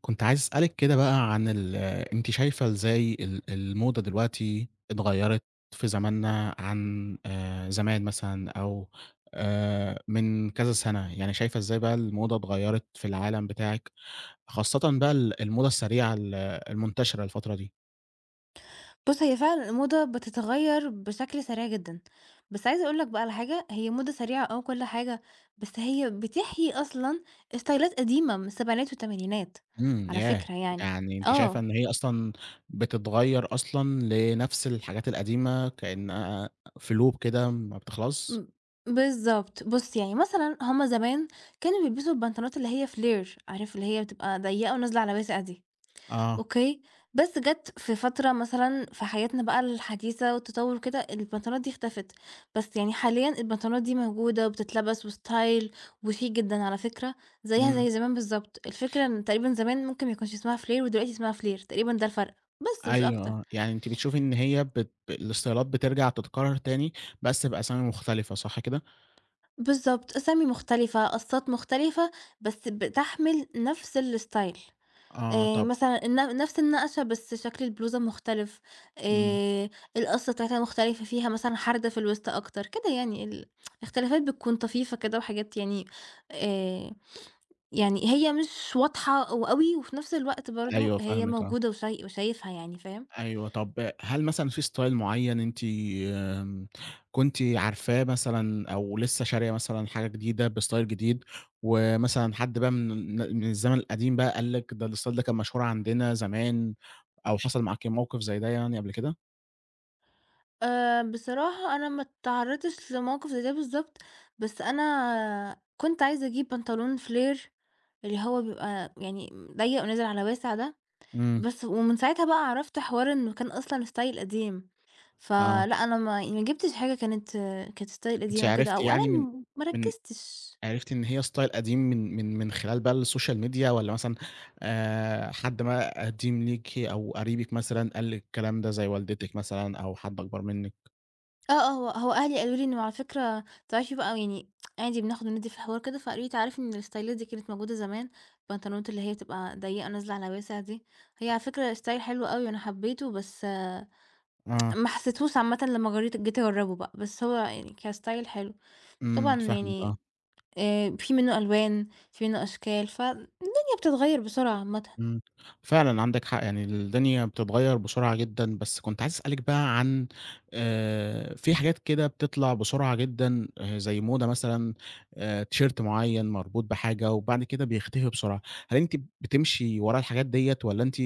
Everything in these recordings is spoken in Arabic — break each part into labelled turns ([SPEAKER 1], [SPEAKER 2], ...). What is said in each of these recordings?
[SPEAKER 1] كنت عايز أسألِك كده بقى عن ال أنتِ شايفة إزاي ال الموضة دلوقتي اتغيّرت في زماننا عن زمان مثلًا أو من كذا سَنة، يعني شايفة إزاي بقى الموضة اتغيّرت في العالم بتاعِك، خاصةً بقى ال الموضة السريعة المنتشرة الفترة دي؟
[SPEAKER 2] بُص، هي فعلًا الموضة بتتغيّر بشكل سريع جدًا، بس عايزة أقول لك بقى على حاجة، هي موضة سريعة آه وكل حاجة، بس هي بتحيي أصلًا ستايلات قديمة من السبعينات والتمانينات
[SPEAKER 1] إمم،
[SPEAKER 2] على
[SPEAKER 1] ياه!
[SPEAKER 2] فكرة يعني.
[SPEAKER 1] يعني أنتِ شايفة
[SPEAKER 2] آه،
[SPEAKER 1] إن هي أصلًا بتتغيّر أصلًا لنفس الحاجات القديمة كأنها في loop كده ما بتخلصش؟
[SPEAKER 2] م بالضبط. بُص، يعني مثلًا هم زمان كانوا بيلبسوا البنطلونات اللي هي flare عارف اللي هي بتبقى ضيّقة ونازلة على واسع دي.
[SPEAKER 1] آه،
[SPEAKER 2] أوكي، بس جات في فترة مثلًا في حياتنا بقى الحديثة والتطور وكده، البنطلونات دي اختفت، بس يعني حاليًا البنطلونات دي موجودة وبتتلبس وستايل وشيك جدًا على فكرة، زيها
[SPEAKER 1] إمم.
[SPEAKER 2] زي زمان بالضبط، الفكرة إن تقريبا زمان ممكن ما يكونش اسمها فلير ودلوقتي اسمها فلير، تقريبا ده الفرق، بس مش
[SPEAKER 1] أيوه
[SPEAKER 2] أكتر.
[SPEAKER 1] آه، يعني أنتِ بتشوفي إن هي الاستيلات بترجع تتكرر تاني بس بأسامي مختلفة صح كده؟
[SPEAKER 2] بالضبط، أسامي مختلفة، قصات مختلفة، بس بتحمل نفس الستايل.
[SPEAKER 1] آه طب
[SPEAKER 2] مثلًا نفس النقشة بس شكل البلوزة مختلف،
[SPEAKER 1] إمم،
[SPEAKER 2] آآ القصة بتاعتها مختلفة، فيها مثلًا حردة في الوسط أكتر، كده يعني الاختلافات بتكون طفيفة كده وحاجات يعني آآ يعني هي مش واضحة وأوي، وفي نفس الوقت برضه
[SPEAKER 1] أيوه
[SPEAKER 2] هي
[SPEAKER 1] فاهمِك آه،
[SPEAKER 2] موجودة وشايفها يعني، فاهم؟
[SPEAKER 1] أيوه طب هل مثلًا في style معين أنتِ آمم، كنتِ عارفاه مثلًا أو لسه شارية مثلًا حاجة جديدة بstyle جديد، ومثلًا حد بقى من الزمن القديم بقى قال لِك ده الstyle ده كان مشهور عندنا زمان، أو حصل معاكِ موقف زي ده يعني قبل كده؟
[SPEAKER 2] بصراحة أنا ما اتعرّضتش لموقف زي ده بالضبط، بس أنا كنت عايزة أجيب بنطلون flare اللي هو بيبقى يعني ضيّق ونازل على واسع ده.
[SPEAKER 1] إمم،
[SPEAKER 2] بس ومن ساعتها بقى عرفت حوار إنه كان أصلًا style قديم،
[SPEAKER 1] آه،
[SPEAKER 2] فلأ أنا ما يعني ما جِبتش حاجة كانت style
[SPEAKER 1] أنتِ
[SPEAKER 2] قديمة كده
[SPEAKER 1] عرفتِ
[SPEAKER 2] أو أنا
[SPEAKER 1] يعني من
[SPEAKER 2] ما
[SPEAKER 1] من
[SPEAKER 2] ركّزتش.
[SPEAKER 1] عرفتِ إن هي style قديم من خلال بقى السوشيال ميديا والّا مثلًا حد ما قديم ليكِ أو قريبِك مثلًا قال لِك الكلام ده زي والدتِك مثلًا أو حد أكبر منِّك؟
[SPEAKER 2] آه، آه، هو أهلي قالوا لي إنه على فكرة تعرفي بقى يعني عادي بناخد وندّي في الحوار كده، فقالوا لي: «تعرفي إن الستايلات دي كانت موجودة زمان، البنطلونات اللي هي بتبقى ضيّقة نازلة على واسع دي، هي على فكرة style حلو أوي وأنا حبّيته بس آه،
[SPEAKER 1] آه،
[SPEAKER 2] ما حسيتهوش عامةً لمّا جرّيت جيت أجرّبه بقى، بس هو يعني كstyle حلو.»
[SPEAKER 1] إمم،
[SPEAKER 2] طبعًا
[SPEAKER 1] فاهمِك، آه.
[SPEAKER 2] يعني في منّه ألوان، في منّه أشكال، فالدنيا بتتغيّر بسرعة عامةً.
[SPEAKER 1] إمم، فعلًا عندك حق، يعني الدنيا بتتغيّر بسرعة جدًا، بس كنت عايز أسألِك بقى عن في حاجات كده بتطلع بسرعة جدًا زي موضة مثلًا تيشيرت معيّن مربوط بحاجة وبعد كده بيختفي بسرعة، هل أنتِ بتمشي ورا الحاجات ديّة والّا أنتِ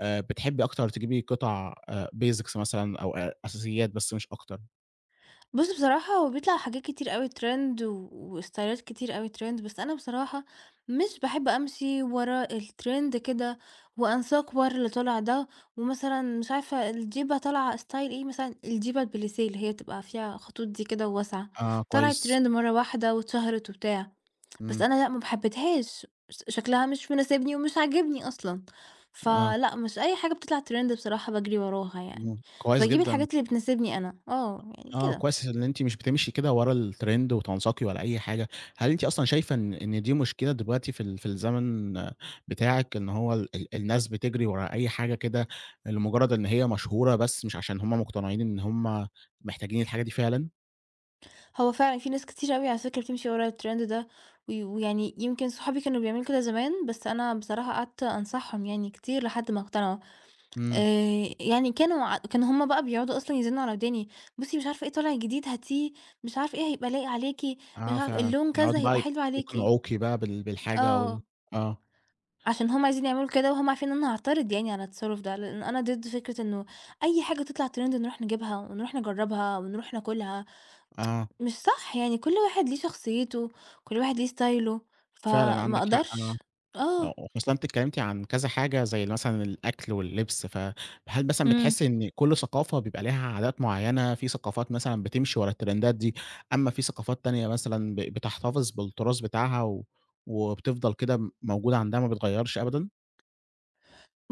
[SPEAKER 1] بتحبي أكتر تجيبي قطع basics مثلًا أو أساسيات بس مش أكتر؟
[SPEAKER 2] بُص بصراحة هو بيطلع حاجات كتير أوي trend و وستايلات كتير أوي trend، بس أنا بصراحة مش باحب أمشي ورا الtrend كده وأنساق ورا اللي طالع ده، ومثلًا مش عارفة الجيبة طالعة style إيه، مثلًا الجيبة البليسيه اللي هي بتبقى فيها خطوط دي كده وواسعة،
[SPEAKER 1] آه،
[SPEAKER 2] طلعت trend
[SPEAKER 1] كويس،
[SPEAKER 2] مرّة واحدة واتشهرت وبتاع. بس
[SPEAKER 1] إمم،
[SPEAKER 2] أنا لأ، ما حبيتهاش، شكلها مش مناسبني ومش عاجبني أصلًا،
[SPEAKER 1] آه،
[SPEAKER 2] فلأ، مش أي حاجة بتطلع trend بصراحة باجري وراها يعني،
[SPEAKER 1] إمم، كويس
[SPEAKER 2] فباجيب
[SPEAKER 1] جدًا.
[SPEAKER 2] الحاجات اللي بتناسبني أنا، آه، يعني
[SPEAKER 1] آه،
[SPEAKER 2] كده.
[SPEAKER 1] كويس إن أنتِ مش بتمشي كده ورا الtrend وتنساقي ولا أي حاجة، هل أنتِ أصلًا شايفة إن إن دي مشكلة دلوقتي في في الزمن آه، بتاعِك، إن هو ال ال الناس بتجري ورا أي حاجة كده لمجرد إن هي مشهورة بس مش عشان هم مقتنعين إن هم محتاجين الحاجة دي فعلًا؟
[SPEAKER 2] هو فعلًا في ناس كتير أوي على فكرة بتمشي ورا الtrend ده، ويعني يمكن صحابي كانوا بيعملوا كده زمان، بس أنا بصراحة قعدت أنصحهم يعني كتير لحد ما اقتنعوا.
[SPEAKER 1] إمم،
[SPEAKER 2] يعني كانوا هُم بقى بيقعدوا أصلًا يزنوا على وداني، «بُصي مش عارفة إيه طالع جديد هاتيه، مش عارفة إيه هيبقى لايق عليكِ، مش
[SPEAKER 1] آه
[SPEAKER 2] عارفة
[SPEAKER 1] فعلًا،
[SPEAKER 2] اللون كذا
[SPEAKER 1] يقعدوا بقى
[SPEAKER 2] هيبقى حلو عليكِ.»
[SPEAKER 1] يقنعوكِ بقى بالحاجة أو
[SPEAKER 2] آه.
[SPEAKER 1] آه،
[SPEAKER 2] عشان هُم عايزين يعملوا كده وهُم عارفين إن أنا هاعترض يعني على التصرُّف ده، لإن أنا ضد فكرة إنه أي حاجة تطلع trend نروح نجيبها ونروح نجرّبها ونروح ناكلها،
[SPEAKER 1] آه،
[SPEAKER 2] مش صح يعني كل واحد ليه شخصيته، كل واحد ليه ستايله،
[SPEAKER 1] فعلًا
[SPEAKER 2] فما
[SPEAKER 1] عندِك حق، آه.
[SPEAKER 2] أقدرش آه.
[SPEAKER 1] آه، وخصوصًا أنتِ اتكلمتِ عن كذا حاجة زي مثلًا الأكل واللبس، فهل مثلًا
[SPEAKER 2] إمم.
[SPEAKER 1] بتحسي إن كل ثقافة بيبقى ليها عادات معيّنة، في ثقافات مثلًا بتمشي ورا الترندات دي، أمّا في ثقافات تانية مثلًا بتحتفظ بالتراث بتاعها وبتفضل كده موجودة عندها ما بتغيّرش أبدًا؟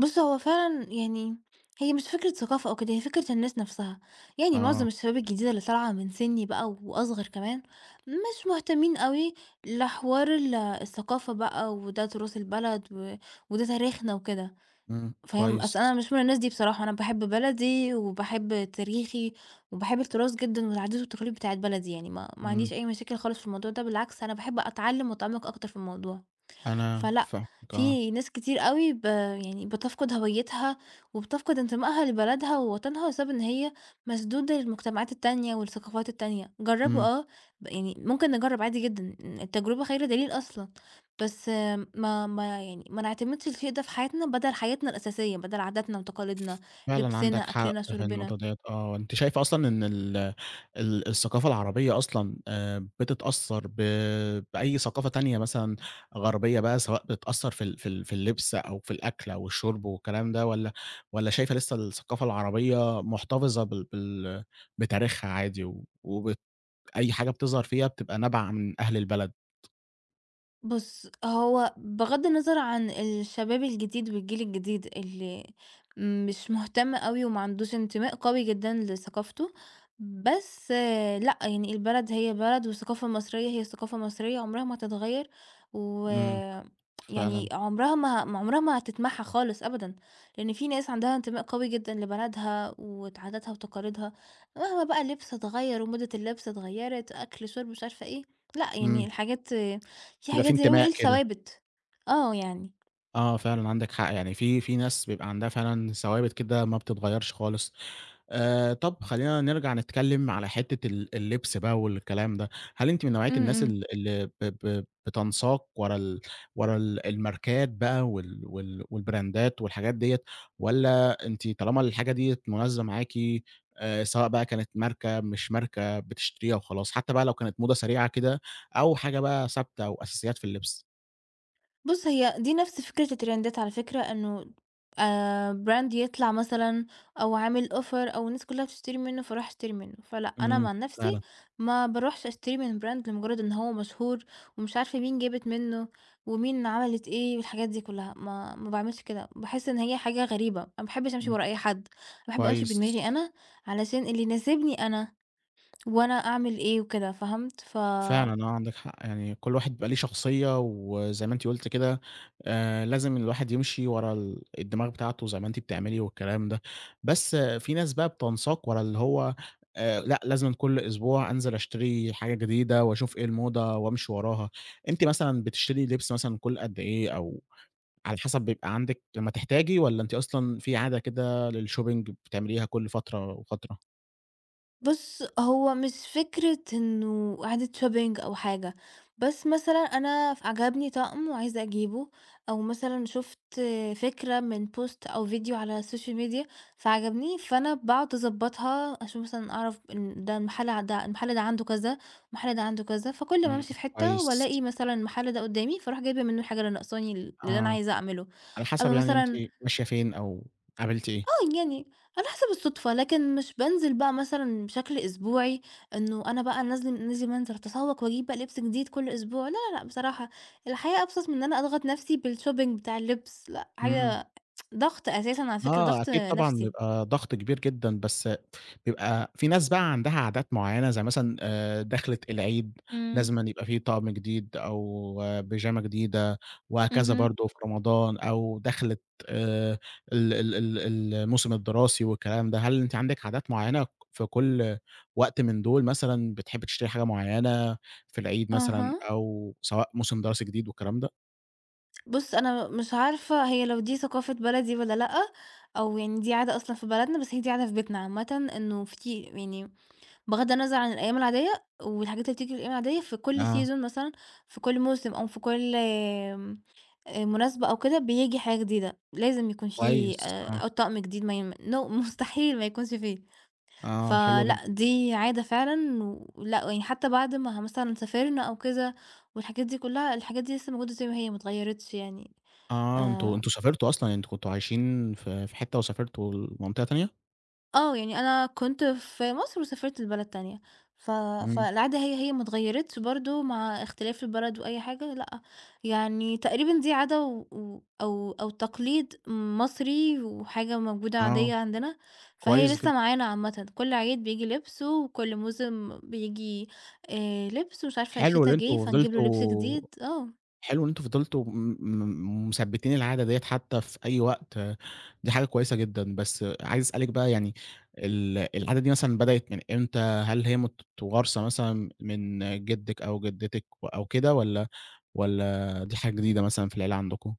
[SPEAKER 2] بُص هو فعلًا يعني هي مش فكرة ثقافة أو كده، هي فكرة الناس نَفْسها، يعني معظم
[SPEAKER 1] آه،
[SPEAKER 2] الشباب الجديدة اللي طالعة من سِنّي بقى وأصغر كمان، مش مهتمين أوي لحوار الثقافة بقى وده تُراث البلد وده تاريخنا وكده.
[SPEAKER 1] إمم،
[SPEAKER 2] فاهم، أصل أنا
[SPEAKER 1] كويس،
[SPEAKER 2] مش من الناس دي بصراحة، أنا باحب بلدي وباحب تاريخي وباحب التراث جدًا والعادات والتقاليد بتاعة بلدي، يعني ما
[SPEAKER 1] إمم،
[SPEAKER 2] عنديش أي مشاكل خالص في الموضوع ده، بالعكس أنا باحب أتعلم وأتعمق أكتر في الموضوع.
[SPEAKER 1] أنا
[SPEAKER 2] فلأ،
[SPEAKER 1] فاهمِك آه،
[SPEAKER 2] في ناس كتير أوي يعني بتفقد هويتها، وبتفقد انتمائها لبلدها ووطنها بسبب إن هي مسدودة للمجتمعات التانية والثقافات التانية. جرّبوا
[SPEAKER 1] إمم.
[SPEAKER 2] آه، يعني ممكن نجرّب عادي جدًا، التجربة خير دليل أصلًا، بس ما يعني ما نعتمدش الشيء ده في حياتنا بدل حياتنا الأساسية، بدل عاداتنا وتقاليدنا،
[SPEAKER 1] فعلًا
[SPEAKER 2] لبسنا،
[SPEAKER 1] عندك حق
[SPEAKER 2] أكلنا،
[SPEAKER 1] في النقطة
[SPEAKER 2] شربنا.
[SPEAKER 1] ديّة آه، أنتِ شايفة أصلًا إن ال ال الثقافة العربية أصلًا بتتأثّر بأي ثقافة تانية مثلًا غربية بقى، سواء بتأثّر في اللبس أو في الأكل أو الشرب والكلام ده، والّا شايفة لسه الثقافة العربية محتفظة بال بال بتاريخها عادي، و... وبت أي حاجة بتظهر فيها بتبقى نابعة من أهل البلد؟
[SPEAKER 2] بُص، هو بغض النظر عن الشباب الجديد والجيل الجديد اللي مش مهتم أوي وما عندوش انتماء قوي جدًا لثقافته، بس آه، لأ، يعني البلد هي بلد والثقافة المصرية هي ثقافة مصرية عمرها ما هتتغيّر، و
[SPEAKER 1] إمم،
[SPEAKER 2] يعني
[SPEAKER 1] فعلًا،
[SPEAKER 2] عمرها ما هتتمحى خالص أبدًا، لإن في ناس عندها انتماء قوي جدًا لبلدها وعاداتها وتقاليدها، مهما بقى اللبس اتغيّر وموضة اللبس اتغيّرت، أكل، شرب، مش عارفة إيه، لأ، يعني
[SPEAKER 1] إمم،
[SPEAKER 2] الحاجات في
[SPEAKER 1] بيبقى في
[SPEAKER 2] حاجات زي ما بيقولوا
[SPEAKER 1] انتماء
[SPEAKER 2] إيه
[SPEAKER 1] كده.
[SPEAKER 2] ثوابت، آه يعني.
[SPEAKER 1] آه، فعلًا عندك حق، يعني في ناس بيبقى عندها فعلًا ثوابت كده ما بتتغيّرش خالص. طب خلّينا نرجع نتكلّم على حتّة اللبس بقى والكلام ده، هل أنتِ من نوعية
[SPEAKER 2] إمم،
[SPEAKER 1] الناس
[SPEAKER 2] إمم.
[SPEAKER 1] اللي ب ب بتنساق ورا ال الماركات بقى والبراندات والحاجات ديّة، والّا أنتِ طالما الحاجة ديّة مناسبة معاكِ سواء بقى كانت ماركة مش ماركة بتشتريها وخلاص، حتى بقى لو كانت موضة سريعة كده أو حاجة بقى ثابتة وأساسيات في اللبس؟
[SPEAKER 2] بُص هي دي نفس فكرة الترندات على فكرة إنه brand يطلع مثلًا أو عامل offer أو الناس كلها بتشتري منه فاروح أشتري منه، فلأ أنا
[SPEAKER 1] إمم،
[SPEAKER 2] عن نفسي
[SPEAKER 1] فعلًا،
[SPEAKER 2] ما باروحش أشتري من brand لمجرد إن هو مشهور ومش عارفة مين جابت منه ومين عملت إيه والحاجات دي كلها، ما باعملش كده، باحس إن هي حاجة غريبة، أنا ما باحبش أمشي
[SPEAKER 1] إمم.
[SPEAKER 2] ورا أي حد، باحب أمشي
[SPEAKER 1] كويس،
[SPEAKER 2] بدماغي أنا علشان اللي يناسبني أنا وأنا أعمل إيه وكده، فهمت؟
[SPEAKER 1] فعلًا آه، عندِك حق، يعني كل واحد بيبقى ليه شخصية، وزي ما أنتِ قُلتِ كده لازم الواحد يمشي ورا الدماغ بتاعته زي ما أنتِ بتعملي والكلام ده، بس آه، في ناس بقى بتنساق ورا اللي هو لأ لازمًا كل أسبوع أنزل أشتري حاجة جديدة وأشوف إيه الموضة وأمشي وراها، أنتِ مثلًا بتشتري لبس مثلًا كل قد إيه أو على حسب بيبقى عندِك لمّا تحتاجي والّا أنتِ أصلًا في عادة كده للshopping بتعمليها كل فترة وفترة؟
[SPEAKER 2] بُص، هو مش فكرة إنه إعادة shopping أو حاجة، بس مثلًا أنا عجبني طقم وعايزة أجيبه، أو مثلًا شُفت فكرة من post أو فيديو على السوشيال ميديا فعجبني، فأنا باقعد أضبّطها أشوف مثلًا أعرف إن ده المحل ده عنده كذا، المحل ده عنده كذا، فكل ما
[SPEAKER 1] إمم،
[SPEAKER 2] أمشي في حتة
[SPEAKER 1] كويس،
[SPEAKER 2] وألاقي مثلًا المحل ده قدّامي، فاروح جايبة منه الحاجة اللي ناقصاني اللي أنا
[SPEAKER 1] آه.
[SPEAKER 2] عايزة أعمله.
[SPEAKER 1] على حسب
[SPEAKER 2] أمّا
[SPEAKER 1] يعني أنتِ
[SPEAKER 2] مثلًا
[SPEAKER 1] ماشية فين أو قابلتِ إيه.
[SPEAKER 2] يعني على حسب الصدفة، لكن مش بانزل بقى مثلًا بشكل أسبوعي، إنه أنا بقى نازلة لازم أنزل أتسوق وأجيب بقى لبس جديد كل أسبوع، لا، لا، لأ، بصراحة الحياة أبسط من إن أنا أضغط نفسي بالshopping بتاع اللبس، لأ،
[SPEAKER 1] إمم.
[SPEAKER 2] حاجة ضغط أساسًا على فكرة،
[SPEAKER 1] آه،
[SPEAKER 2] ضغط
[SPEAKER 1] أكيد طبعًا
[SPEAKER 2] نفسي.
[SPEAKER 1] بيبقى ضغط كبير جدًا، بس بيبقى في ناس بقى عندها عادات معيّنة زي مثلًا دخلة العيد
[SPEAKER 2] إمم،
[SPEAKER 1] لازمًا يبقى في طقم جديد أو بيجامة جديدة وهكذا
[SPEAKER 2] اهم.
[SPEAKER 1] برضه في رمضان أو دخلة آآ ال ال ال الموسم الدراسي والكلام ده، هل أنتِ عندِك عادات معيّنة في كل وقت من دول مثلًا بتحبّي تشتري حاجة معيّنة في العيد مثلًا
[SPEAKER 2] أها،
[SPEAKER 1] أو سواء موسم دراسي جديد والكلام ده؟
[SPEAKER 2] بُص أنا مش عارفة هي لو دي ثقافة بلدي والّا لأ، أو يعني دي عادة أصلًا في بلدنا، بس هي دي عادة في بيتنا عامةً إنه في يعني بغض النظر عن الأيام العادية والحاجات اللي بتيجي في الأيام العادية في كل
[SPEAKER 1] آه.
[SPEAKER 2] season مثلًا في كل موسم أو في كل مناسبة أو كده بييجي حاجة جديدة، لازم يكون في
[SPEAKER 1] كويس، آه،
[SPEAKER 2] طقم جديد ما ي no مستحيل ما يكونش فيه،
[SPEAKER 1] آه، حلو جدًا.
[SPEAKER 2] فلأ دي عادة فعلًا ولأ يعني حتى بعد ما مثلًا سافرنا أو كده والحاجات دي كلها، الحاجات دي لسه موجودة زي ما هي ما اتغيرتش يعني
[SPEAKER 1] آه، أنتم
[SPEAKER 2] آآ
[SPEAKER 1] أنتم سافرتوا أصلًا، يعني أنتم كنتم عايشين في حتة وسافرتوا لمنطقة تانية؟
[SPEAKER 2] آه، يعني أنا كنت في مصر وسافرت لبلد تانية، ف
[SPEAKER 1] إمم،
[SPEAKER 2] فالعادة هي ما اتغيّرتش برضه مع اختلاف البلد وأي حاجة، لأ، يعني تقريبًا دي عادة و أو تقليد مصري وحاجة موجودة
[SPEAKER 1] آه،
[SPEAKER 2] عادية عندنا، فهي
[SPEAKER 1] كويس
[SPEAKER 2] لسه
[SPEAKER 1] جدًا.
[SPEAKER 2] معانا عامةً، كل عيد بييجي لبسه وكل موسم بييجي لبس ومش عارفة
[SPEAKER 1] حلو
[SPEAKER 2] الشتا
[SPEAKER 1] إن
[SPEAKER 2] جِه
[SPEAKER 1] أنتم
[SPEAKER 2] فنجيب له لبس
[SPEAKER 1] فضلتوا
[SPEAKER 2] جديد، آه.
[SPEAKER 1] حلو إن أنتم فضلتوا م م مثبّتين العادة ديّة حتى في أي وقت، آه، دي حاجة كويسة جدًا. بس عايز أسألِك بقى يعني العادة دي مثلًا بدأت من إمتى؟ هل هي متوارثة مثلًا من جدِّك أو جدتِك أو كده والّا دي حاجة جديدة مثلًا في العيلة عندكم؟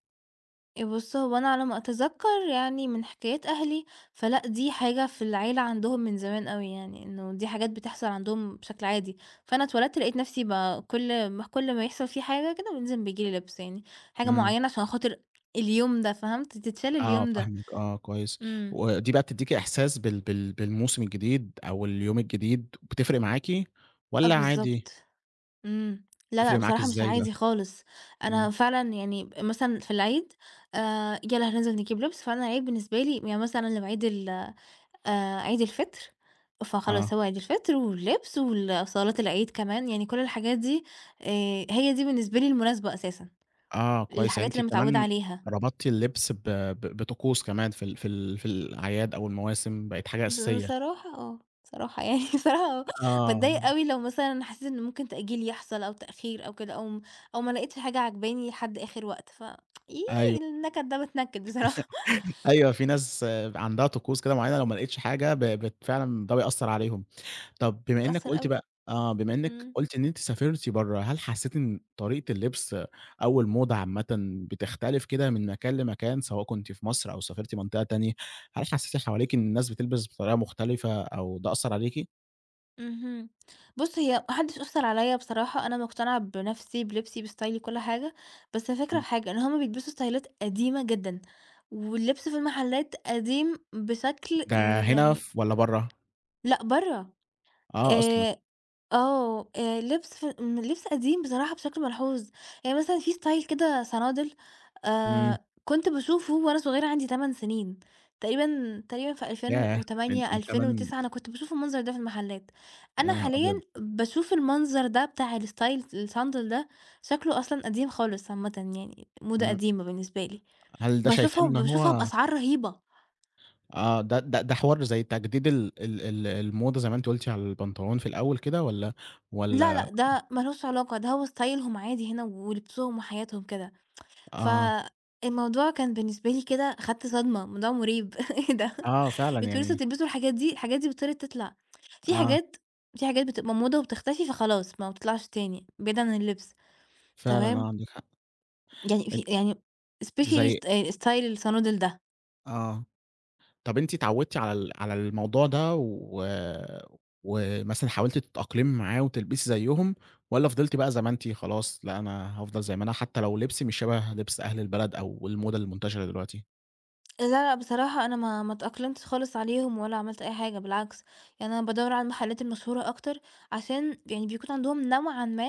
[SPEAKER 2] بُص، هو أنا على ما أتذكّر يعني من حكايات أهلي، فلأ دي حاجة في العيلة عندهم من زمان أوي يعني، إنه دي حاجات بتحصل عندهم بشكل عادي، فأنا اتولدت لقيت نفسي كل ما يحصل فيه حاجة كده لازم بييجي لي لبس يعني، حاجة
[SPEAKER 1] إمم.
[SPEAKER 2] معيّنة عشان خاطر اليوم ده فهمت، تتشال
[SPEAKER 1] آه
[SPEAKER 2] اليوم ده.
[SPEAKER 1] فاهمِك آه، كويس.
[SPEAKER 2] إمم.
[SPEAKER 1] ودي بقى بتدّيكِ إحساس بالموسم الجديد أو اليوم الجديد، بتفرق معاكِ
[SPEAKER 2] آه
[SPEAKER 1] والّا عادي؟
[SPEAKER 2] بالضبط، إمم. لا، لأ
[SPEAKER 1] بتفرق معاكِ
[SPEAKER 2] بصراحة مش
[SPEAKER 1] إزاي بقى؟
[SPEAKER 2] عادي خالص،
[SPEAKER 1] إمم،
[SPEAKER 2] أنا فعلًا يعني مثلًا في العيد يالّا هننزل نجيب لبس، فأنا العيد بالنسبة لي يعني مثلًا العيد ال عيد الفطر، فخلاص
[SPEAKER 1] آه،
[SPEAKER 2] هو عيد الفطر واللبس صلاة العيد كمان، يعني كل الحاجات دي هي دي بالنسبة لي المناسبة أساسًا،
[SPEAKER 1] آه كويس، يعني
[SPEAKER 2] الحاجات اللي
[SPEAKER 1] أنتِ
[SPEAKER 2] أنا متعودة
[SPEAKER 1] كمان
[SPEAKER 2] عليها.
[SPEAKER 1] ربطتِ اللبس ب ب بطقوس كمان في الأعياد أو المواسم، بقت حاجة أساسية.
[SPEAKER 2] بصراحة آه، بصراحة يعني بصراحة آه،
[SPEAKER 1] آه،
[SPEAKER 2] باتضايق أوي لو مثلًا حسيت إن ممكن تأجيل يحصل أو تأخير أو كده، أو ما لقيتش حاجة عاجباني لحد آخر وقت، ف إيه
[SPEAKER 1] أيوه،
[SPEAKER 2] النكد ده باتنكد بصراحة،
[SPEAKER 1] أيوه في ناس آه، عندها طقوس كده معيّنة لو ما لقيتش حاجة ب بت فعلًا ده بيأثّر عليهم. طب
[SPEAKER 2] بتأثر أوي.
[SPEAKER 1] بما إنك
[SPEAKER 2] إمم.
[SPEAKER 1] قُلت إن أنتِ سافرتِ برّه، هل حسّيتِ إن طريقة اللبس أو الموضة عامةً بتختلف كده من مكان لمكان، سواء كنتِ في مصر أو سافرتِ منطقة تانية، هل حسّيتِ حواليكِ إن الناس بتلبس بطريقة مختلفة أو ده أثّر عليكِ؟
[SPEAKER 2] اهم. بُص، هي ما حدش أثّر عليّا بصراحة، أنا مقتنعة بنَفْسي، بلبسي، بستايلي، بكل حاجة، بس الفكرة في
[SPEAKER 1] إمم،
[SPEAKER 2] حاجة، إن هم بيلبسوا ستايلات قديمة جدًا، واللبس في المحلات قديم بشكل
[SPEAKER 1] ده هنا
[SPEAKER 2] يعني
[SPEAKER 1] والّا برّه؟
[SPEAKER 2] لأ برّه.
[SPEAKER 1] آه أصلًا،
[SPEAKER 2] آآ آه، لبس ف م لبس قديم بصراحة بشكل ملحوظ، يعني مثلًا في style كده صنادل
[SPEAKER 1] إمم،
[SPEAKER 2] كنت باشوفه وأنا صغيرة عندي 8 سنين، تقريبًا تقريبًا في
[SPEAKER 1] ياه! من
[SPEAKER 2] 2008،
[SPEAKER 1] 8
[SPEAKER 2] 2009 أنا كنت باشوف المنظر ده في المحلات. أنا
[SPEAKER 1] يا نهار
[SPEAKER 2] حاليًا
[SPEAKER 1] أبيض!
[SPEAKER 2] باشوف المنظر ده بتاع الstyle الصندل ده شكله أصلًا قديم خالص عامةً يعني، موضة
[SPEAKER 1] إمم،
[SPEAKER 2] قديمة بالنسبة لي،
[SPEAKER 1] هل ده شايفاه
[SPEAKER 2] باشوفها
[SPEAKER 1] إن
[SPEAKER 2] وباشوفها
[SPEAKER 1] هو
[SPEAKER 2] بأسعار رهيبة.
[SPEAKER 1] آه، ده حوار زي تجديد ال الموضة زي ما أنتِ قُلتِ على البنطلون في الأول كده والّا
[SPEAKER 2] لا، لأ،
[SPEAKER 1] والّا
[SPEAKER 2] ده ما لهوش علاقة، ده هو ستايلهم عادي هنا ولبسهم وحياتهم كده.
[SPEAKER 1] آه.
[SPEAKER 2] فالموضوع كان بالنسبة لي كده خدت صدمة، موضوع مريب إيه ده!
[SPEAKER 1] آه فعلًا
[SPEAKER 2] أنتم لسه
[SPEAKER 1] يعني
[SPEAKER 2] بتلبسوا الحاجات دي! الحاجات دي بطلت تطلع. في
[SPEAKER 1] آه،
[SPEAKER 2] حاجات في حاجات بتبقى موضة وبتختفي فخلاص ما بتطلعش تاني، بعيد عن اللبس
[SPEAKER 1] فعلًا آه
[SPEAKER 2] تمام،
[SPEAKER 1] عندِك حق.
[SPEAKER 2] يعني
[SPEAKER 1] أن
[SPEAKER 2] في يعني especially
[SPEAKER 1] زي
[SPEAKER 2] style الصنادل ده.
[SPEAKER 1] آه. طَب أنتِ اتعوّدتِ على الموضوع ده ومثلًا حاولتِ تتأقلمي معاه وتلبسي زيّهم والّا فضلتِ بقى زي ما أنتِ خلاص لأ أنا هافضل زي ما أنا حتى لو لبسي مش شَبه لبس أهل البلد أو الموضة المنتشرة دلوقتي؟
[SPEAKER 2] لا، لأ، بصراحة أنا ما اتأقلمتش خالص عليهم ولا عملت أي حاجة بالعكس، يعني أنا بادوّر على المحلات المشهورة أكتر عشان يعني بيكون عندهم نوعًا ما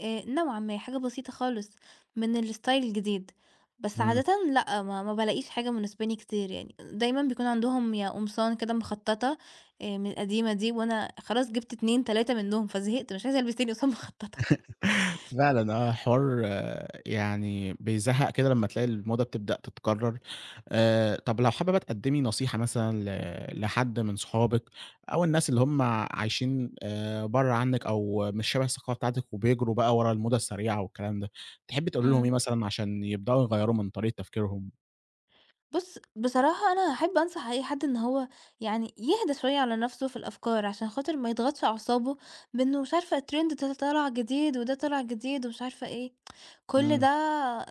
[SPEAKER 2] نوعًا ما حاجة بسيطة خالص من الstyle الجديد، بس
[SPEAKER 1] إمم.
[SPEAKER 2] عادةً لأ، ما بالاقيش حاجة مناسباني كتير يعني، دايمًا بيكون عندهم يا قمصان كده مخططة من القديمة دي وأنا خلاص جِبت 2، 3 منهم فزهقت مش عايزة ألبس تاني قمصان مخططة.
[SPEAKER 1] فعلًا آه، حوار آه، يعني بيزهّق كده لمّا تلاقي الموضة بتبدأ تتكرر. طب لو حابّة بقى تقدّمي نصيحة مثلًا لحد من صحابِك أو الناس اللي هم عايشين برّه عنِّك أو مش شبه الثقافة بتاعتِك وبيجروا بقى ورا الموضة السريعة والكلام ده، تحبّي تقولي لهم إيه
[SPEAKER 2] إمم.
[SPEAKER 1] مثلًا عشان يبدأوا يغيّروا من طريقة تفكيرهم؟
[SPEAKER 2] بُص، بصراحة أنا هاحب أنصح أي حد إن هو يعني يهدى شوية على نَفْسه في الأفكار، عشان خاطر ما يضغطش أعصابه بإنه مش عارفة الtrend ده طالع جديد وده طالع جديد ومش عارفة إيه، كل
[SPEAKER 1] إمم،
[SPEAKER 2] ده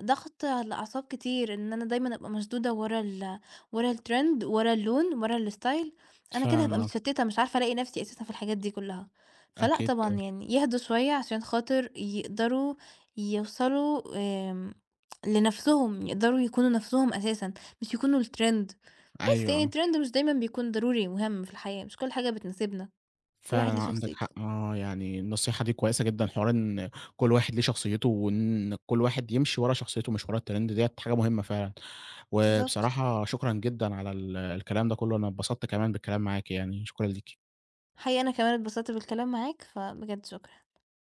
[SPEAKER 2] ضغط على الأعصاب كتير، إن أنا دايمًا أبقى مشدودة ورا ورا الtrend ورا اللون ورا الstyle، أنا كده هابقى
[SPEAKER 1] فعلًا آه،
[SPEAKER 2] متشتتة مش عارفة ألاقي نَفْسي أساسًا في الحاجات دي كلها، فلأ
[SPEAKER 1] أكيد
[SPEAKER 2] طبعًا
[SPEAKER 1] طبعًا،
[SPEAKER 2] يعني يهدوا شوية عشان خاطر يقدروا يوصلوا آمم لنَفْسهم، يقدروا يكونوا نَفْسهم أساسًا. مش يكونوا الtrend بس
[SPEAKER 1] أيوه،
[SPEAKER 2] يعني
[SPEAKER 1] آه.
[SPEAKER 2] الtrend مش دايمًا بيكون ضروري مهم في الحياة، مش كل حاجة بتناسبنا، كل
[SPEAKER 1] فعلًا
[SPEAKER 2] واحد ليه
[SPEAKER 1] عندك
[SPEAKER 2] شخصيته.
[SPEAKER 1] حق آه، يعني النصيحة دي كويسة جدًا، حوار إن كل واحد ليه شخصيته وإن كل واحد يمشي ورا شخصيته مش ورا الtrend ديّة حاجة مهمة فعلًا،
[SPEAKER 2] بالضبط.
[SPEAKER 1] وبصراحة شكرًا جدًا على الكلام ده كله، أنا اتبسطت كمان بالكلام معاك يعني، شكرًا ليكِ.
[SPEAKER 2] حقيقي أنا كمان اتبسطت بالكلام معاك، فبجد شكرًا.